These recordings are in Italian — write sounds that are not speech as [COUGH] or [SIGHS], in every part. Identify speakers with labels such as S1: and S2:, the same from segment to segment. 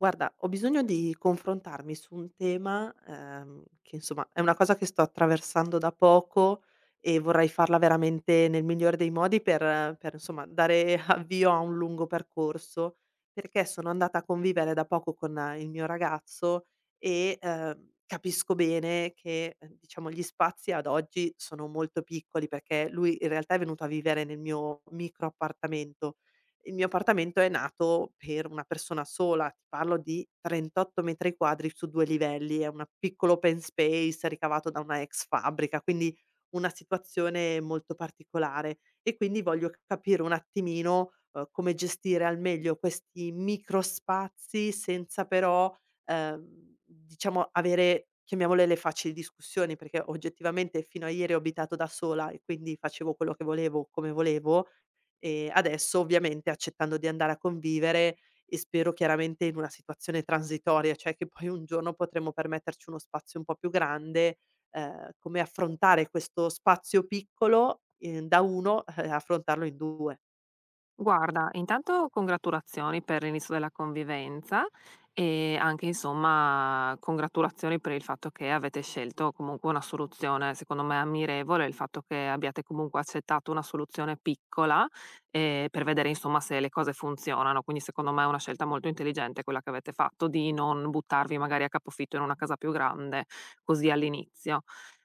S1: Guarda, ho bisogno di confrontarmi su un tema, che insomma è una cosa che sto attraversando da poco e vorrei farla veramente nel migliore dei modi per, insomma, dare [LAUGHS] avvio a un lungo percorso, perché sono andata a convivere da poco con il mio ragazzo e capisco bene che, diciamo gli spazi ad oggi sono molto piccoli, perché lui in realtà è venuto a vivere nel mio micro appartamento. Il mio appartamento è nato per una persona sola, ti parlo di 38 metri quadri su 2 livelli, è un piccolo open space ricavato da una ex fabbrica, quindi una situazione molto particolare e quindi voglio capire un attimino, come gestire al meglio questi micro spazi senza però, ehm, diciamo avere, chiamiamole, le facili discussioni, perché oggettivamente fino a ieri ho abitato da sola e quindi facevo quello che volevo, come volevo. Adesso ovviamente accettando di andare a convivere e spero chiaramente in una situazione transitoria, cioè che poi un giorno potremo permetterci uno spazio un po' più grande, come affrontare questo spazio piccolo, da 1, affrontarlo in 2.
S2: Guarda, intanto congratulazioni per l'inizio della convivenza e anche insomma congratulazioni per il fatto che avete scelto comunque una soluzione, secondo me ammirevole, il fatto che abbiate comunque accettato una soluzione piccola per vedere insomma se le cose funzionano. Quindi secondo me è una scelta molto intelligente quella che avete fatto di non buttarvi magari a capofitto in una casa più grande così all'inizio.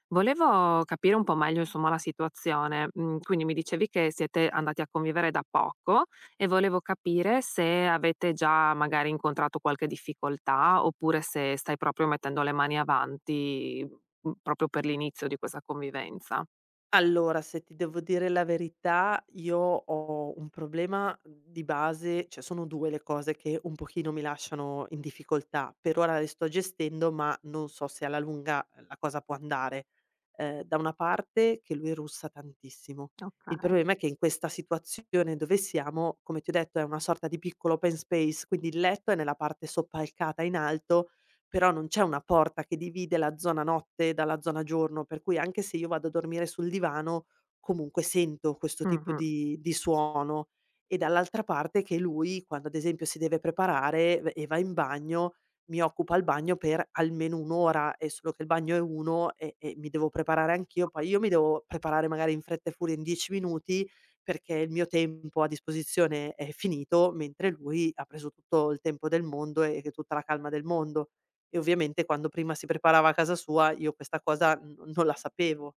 S2: Volevo capire un po' meglio, insomma, la situazione. Mhmm, quindi mi dicevi che siete andati a convivere da poco e volevo capire se avete già magari incontrato qualche difficoltà, oppure se stai proprio mettendo le mani avanti, proprio per l'inizio di questa convivenza.
S1: Allora, se ti devo dire la verità, io ho un problema di base, cioè sono 2 le cose che un pochino mi lasciano in difficoltà. Per ora le sto gestendo, ma non so se alla lunga la cosa può andare. Da una parte che lui russa tantissimo. Il
S2: Okay.
S1: problema è che in questa situazione dove siamo, come ti ho detto, è una sorta di piccolo open space, quindi il letto è nella parte soppalcata in alto, però non c'è una porta che divide la zona notte dalla zona giorno, per cui anche se io vado a dormire sul divano, comunque sento questo tipo
S2: Mh-mh.
S1: di suono. E dall'altra parte che lui, quando ad esempio si deve preparare v e va in bagno, mi occupa il bagno per almeno 1 ora, e solo che il bagno è 1 e mi devo preparare anch'io, poi io mi devo preparare magari in fretta e furia in 10 minuti, perché il mio tempo a disposizione è finito, mentre lui ha preso tutto il tempo del mondo e tutta la calma del mondo. E ovviamente quando prima si preparava a casa sua io questa cosa n non la sapevo.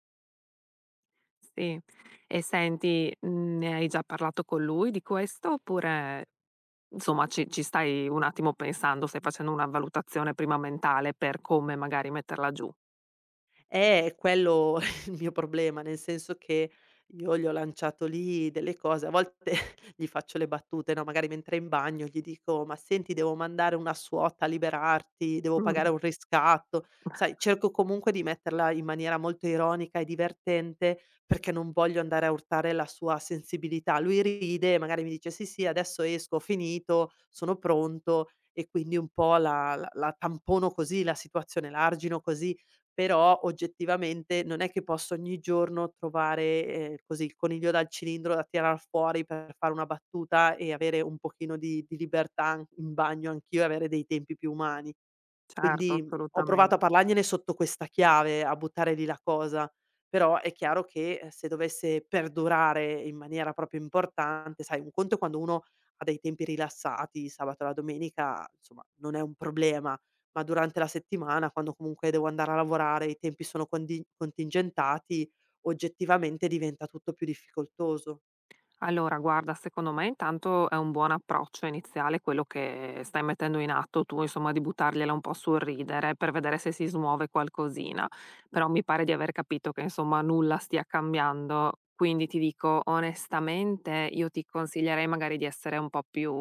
S2: Sì. E senti, ne hai già parlato con lui di questo, oppure insomma ci stai un attimo pensando, stai facendo una valutazione prima mentale per come magari metterla giù?
S1: È quello [LAUGHS] il mio problema, nel senso che io gli ho lanciato lì delle cose, a volte [LAUGHS] gli faccio le battute, no, magari mentre è in bagno gli dico: "Ma senti, devo mandare una suota a liberarti, devo pagare
S2: Mh.
S1: un riscatto". Sai, cerco comunque di metterla in maniera molto ironica e divertente, perché non voglio andare a urtare la sua sensibilità. Lui ride, magari mi dice: "Sì, sì, adesso esco, ho finito, sono pronto", e quindi un po' la tampono così la situazione, la argino così, però oggettivamente non è che posso ogni giorno trovare, così il coniglio dal cilindro da tirar fuori per fare una battuta e avere un pochino di libertà an in bagno anch'io e avere dei tempi più umani.
S2: Certo,
S1: Quindi, mhmm, ho
S2: assolutamen
S1: provato a parlargliene sotto questa chiave, a buttare lì la cosa, però è chiaro che, se dovesse perdurare in maniera proprio importante, sai, un conto è quando uno ha dei tempi rilassati, il sabato e la domenica, insomma, non è un problema, ma durante la settimana, quando comunque devo andare a lavorare, i tempi sono condi contingentati, oggettivamente diventa tutto più difficoltoso.
S2: Allora guarda, secondo me intanto è un buon approccio iniziale quello che stai mettendo in atto tu, insomma, di buttargliela un po' sul ridere per vedere se si smuove qualcosina. Però mi pare di aver capito che, insomma, nulla stia cambiando, quindi ti dico onestamente io ti consiglierei magari di essere un po' più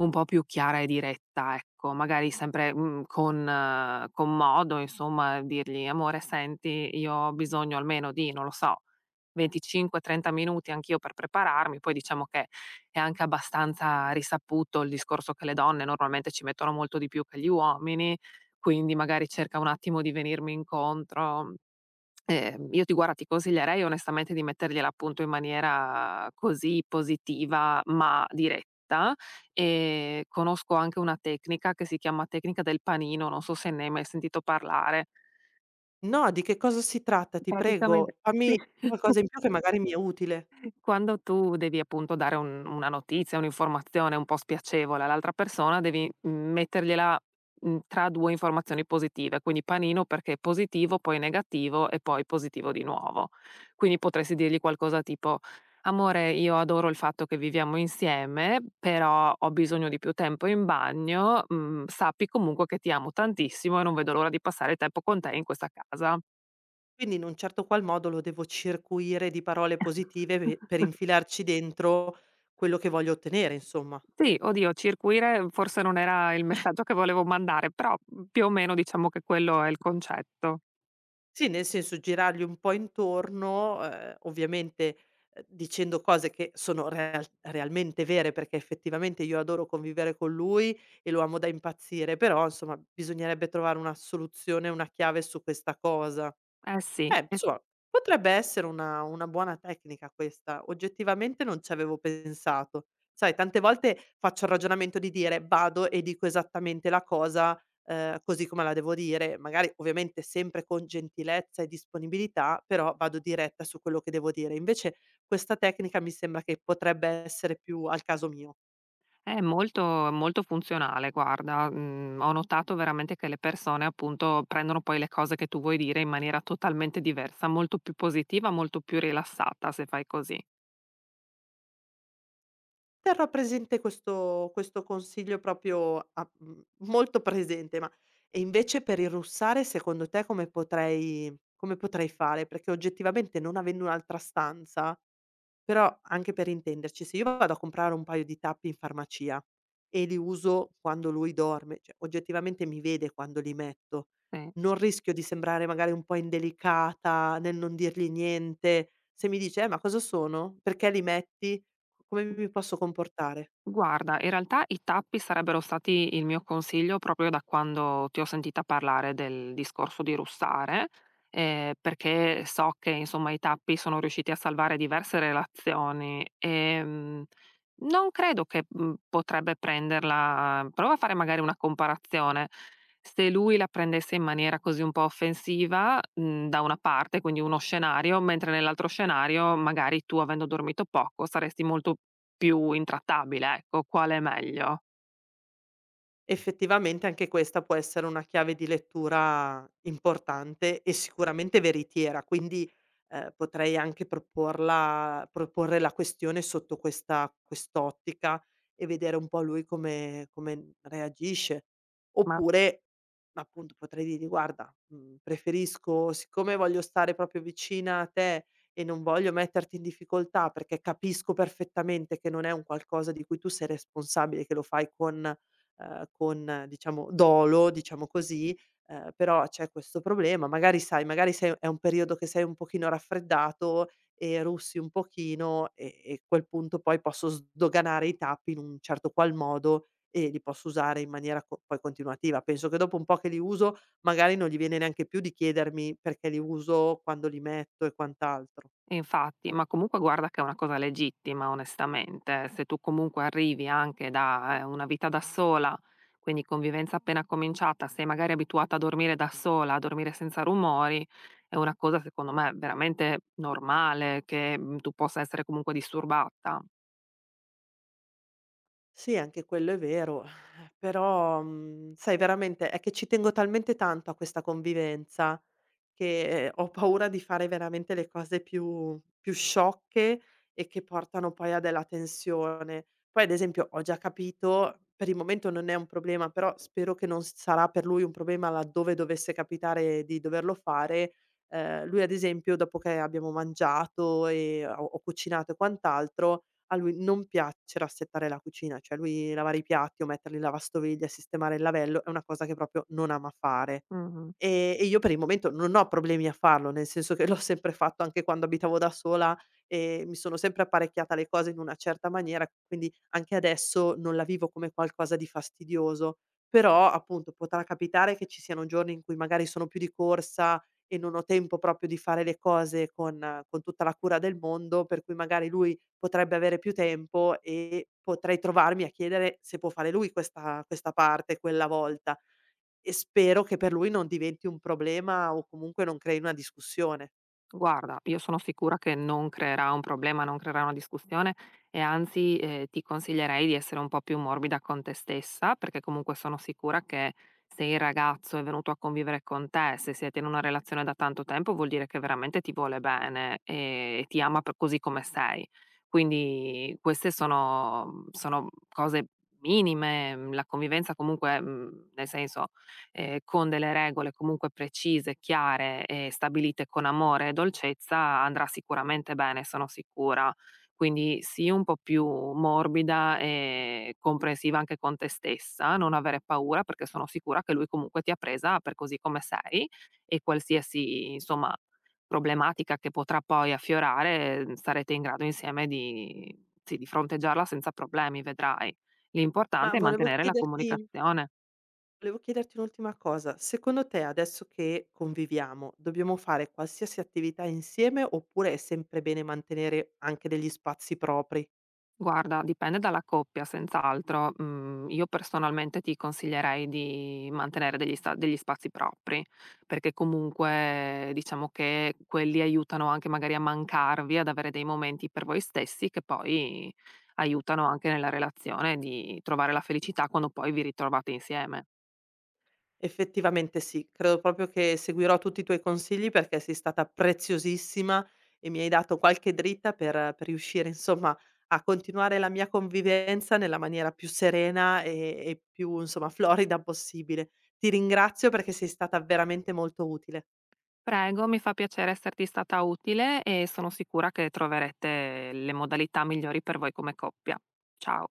S2: un po' più chiara e diretta, ecco. Magari sempre, con modo, insomma, dirgli: "Amore senti, io ho bisogno almeno di" non lo so 25, 30 minuti anch'io per prepararmi, poi diciamo che è anche abbastanza risaputo il discorso che le donne normalmente ci mettono molto di più che gli uomini, quindi magari cerca un attimo di venirmi incontro. Io ti guarda, ti consiglierei onestamente di mettergliela a punto in maniera così positiva, ma diretta. Conosco anche una tecnica che si chiama tecnica del panino, non so se ne hai mai sentito parlare.
S1: No, di che cosa si tratta? Ti
S2: Praticamente
S1: prego, fammi
S2: sì.
S1: qualcosa in più che magari mi è utile.
S2: Quando tu devi appunto dare un una notizia, un'informazione un po' spiacevole all'altra persona, devi mettergliela, tra 2 informazioni positive, quindi panino perché è positivo, poi negativo e poi positivo di nuovo. Quindi potresti dirgli qualcosa tipo: "Amore, io adoro il fatto che viviamo insieme, però ho bisogno di più tempo in bagno, mhmm, sappi comunque che ti amo tantissimo e non vedo l'ora di passare tempo con te in questa casa."
S1: Quindi in un certo qual modo lo devo circuire di parole positive pe per
S2: [LAUGHS]
S1: infilarci dentro quello che voglio ottenere, insomma.
S2: Sì, oddio, circuire forse non era il messaggio che volevo mandare, però, più o meno diciamo che quello è il concetto.
S1: Sì, nel senso girargli un po' intorno, ovviamente, dicendo cose che sono realmente vere, perché effettivamente io adoro convivere con lui e lo amo da impazzire, però insomma bisognerebbe trovare una soluzione, una chiave su questa cosa.
S2: Eh sì, è
S1: Insomma, potrebbe essere una buona tecnica questa. Oggettivamente non ci avevo pensato. Sai, tante volte faccio il ragionamento di dire: "Vado e dico esattamente la cosa, così come la devo dire", magari ovviamente sempre con gentilezza e disponibilità, però vado diretta su quello che devo dire. Invece questa tecnica mi sembra che potrebbe essere più al caso mio.
S2: è molto molto funzionale guarda, ho notato veramente che le persone appunto prendono poi le cose che tu vuoi dire in maniera totalmente diversa, molto più positiva, molto più rilassata se fai così,
S1: Terrò presente questo consiglio proprio a mhmm, molto presente, ma e invece per il russare secondo te come potrei fare? Perché oggettivamente non avendo un'altra stanza, però, anche per intenderci, se io vado a comprare un paio di tappi in farmacia e li uso quando lui dorme, cioè oggettivamente mi vede quando li metto,
S2: sì.
S1: non rischio di sembrare magari un po' indelicata nel non dirgli niente. Se mi dice: ma cosa sono? Perché li metti?" Come mi posso comportare?
S2: Guarda, in realtà i tappi sarebbero stati il mio consiglio proprio da quando ti ho sentita parlare del discorso di russare, perché so che insomma i tappi sono riusciti a salvare diverse relazioni e non credo che potrebbe prenderla. Prova a fare magari una comparazione. Se lui la prendesse in maniera così un po' offensiva, da una parte, quindi uno scenario, mentre nell'altro scenario, magari tu avendo dormito poco saresti molto più intrattabile, ecco, quale è meglio?
S1: Effettivamente anche questa può essere una chiave di lettura importante e sicuramente veritiera, quindi, potrei anche proporla proporre la questione sotto questa quest'ottica e vedere un po' lui come reagisce.
S2: Ma
S1: Oppure, appunto, potrei dirgli: "Guarda, mhmm, preferisco siccome voglio stare proprio vicina a te e non voglio metterti in difficoltà, perché capisco perfettamente che non è un qualcosa di cui tu sei responsabile, che lo fai con diciamo dolo, diciamo così, però c'è questo problema. Magari sai, magari sei è un periodo che sei un pochino raffreddato e russi un pochino e a quel punto poi posso sdoganare i tappi in un certo qual modo e li posso usare in maniera co poi continuativa. Penso che dopo un po' che li uso, magari non gli viene neanche più di chiedermi perché li uso, quando li metto e quant'altro.
S2: infatti, ma comunque guarda che è una cosa legittima onestamente, se tu comunque arrivi anche da, una vita da sola, quindi convivenza appena cominciata, sei magari abituata a dormire da sola, a dormire senza rumori, è una cosa secondo me veramente normale che, tu possa essere comunque disturbata.
S1: Sì, anche quello è vero, [SIGHS] però, mhmm, sai veramente è che ci tengo talmente tanto a questa convivenza che, ho paura di fare veramente le cose più sciocche e che portano poi a della tensione. Poi ad esempio ho già capito, per il momento non è un problema, però spero che non s sarà per lui un problema laddove dovesse capitare di doverlo fare, lui ad esempio dopo che abbiamo mangiato e ho cucinato e quant'altro, a lui non piace rassettare la cucina, cioè lui lavare i piatti o metterli in lavastoviglie, sistemare il lavello è una cosa che proprio non ama fare.
S2: Mh-mh.
S1: E io per il momento non ho problemi a farlo, nel senso che [LAUGHS] l'ho sempre fatto anche quando abitavo da sola, e mi sono sempre apparecchiata le cose in una certa maniera, quindi anche adesso non la vivo come qualcosa di fastidioso. Però, appunto, potrà capitare che ci siano giorni in cui magari sono più di corsa e non ho tempo proprio di fare le cose con tutta la cura del mondo, per cui magari lui potrebbe avere più tempo e potrei trovarmi a chiedere se può fare lui questa parte quella volta. E spero che per lui non diventi un problema o comunque non crei una discussione.
S2: Guarda, io sono sicura che non creerà un problema, non creerà una discussione e anzi ti consiglierei di essere un po' più morbida con te stessa, perché comunque sono sicura che se il ragazzo è venuto a convivere con te, se siete in una relazione da tanto tempo, vuol dire che veramente ti vuole bene e ti ama per così come sei. Quindi queste sono, sono cose minime, la convivenza comunque, nel senso con delle regole comunque precise, chiare e stabilite con amore e dolcezza andrà sicuramente bene, sono sicura. Quindi sii un po' più morbida e comprensiva anche con te stessa, non avere paura perché sono sicura che lui comunque ti ha presa per così come sei e qualsiasi, insomma, problematica che potrà poi affiorare, sarete in grado insieme di sì, di fronteggiarla senza problemi, vedrai.
S1: Ma
S2: L'importante è
S1: volevo
S2: mantenere la
S1: chiederti
S2: comunicazione.
S1: volevo chiederti un'ultima cosa: secondo te adesso che conviviamo, dobbiamo fare qualsiasi attività insieme oppure è sempre bene mantenere anche degli spazi propri?
S2: Guarda, dipende dalla coppia, senz'altro. Mm, io personalmente ti consiglierei di mantenere degli spazi propri, perché comunque diciamo che quelli aiutano anche magari a mancarvi, ad avere dei momenti per voi stessi che poi aiutano anche nella relazione di trovare la felicità quando poi vi ritrovate insieme.
S1: Effettivamente sì, credo proprio che seguirò tutti i tuoi consigli perché sei stata preziosissima e mi hai dato qualche dritta per riuscire insomma a continuare la mia convivenza nella maniera più serena e più insomma florida possibile. Ti ringrazio perché sei stata veramente molto utile.
S2: Prego, mi fa piacere esserti stata utile e sono sicura che troverete le modalità migliori per voi come coppia. Ciao.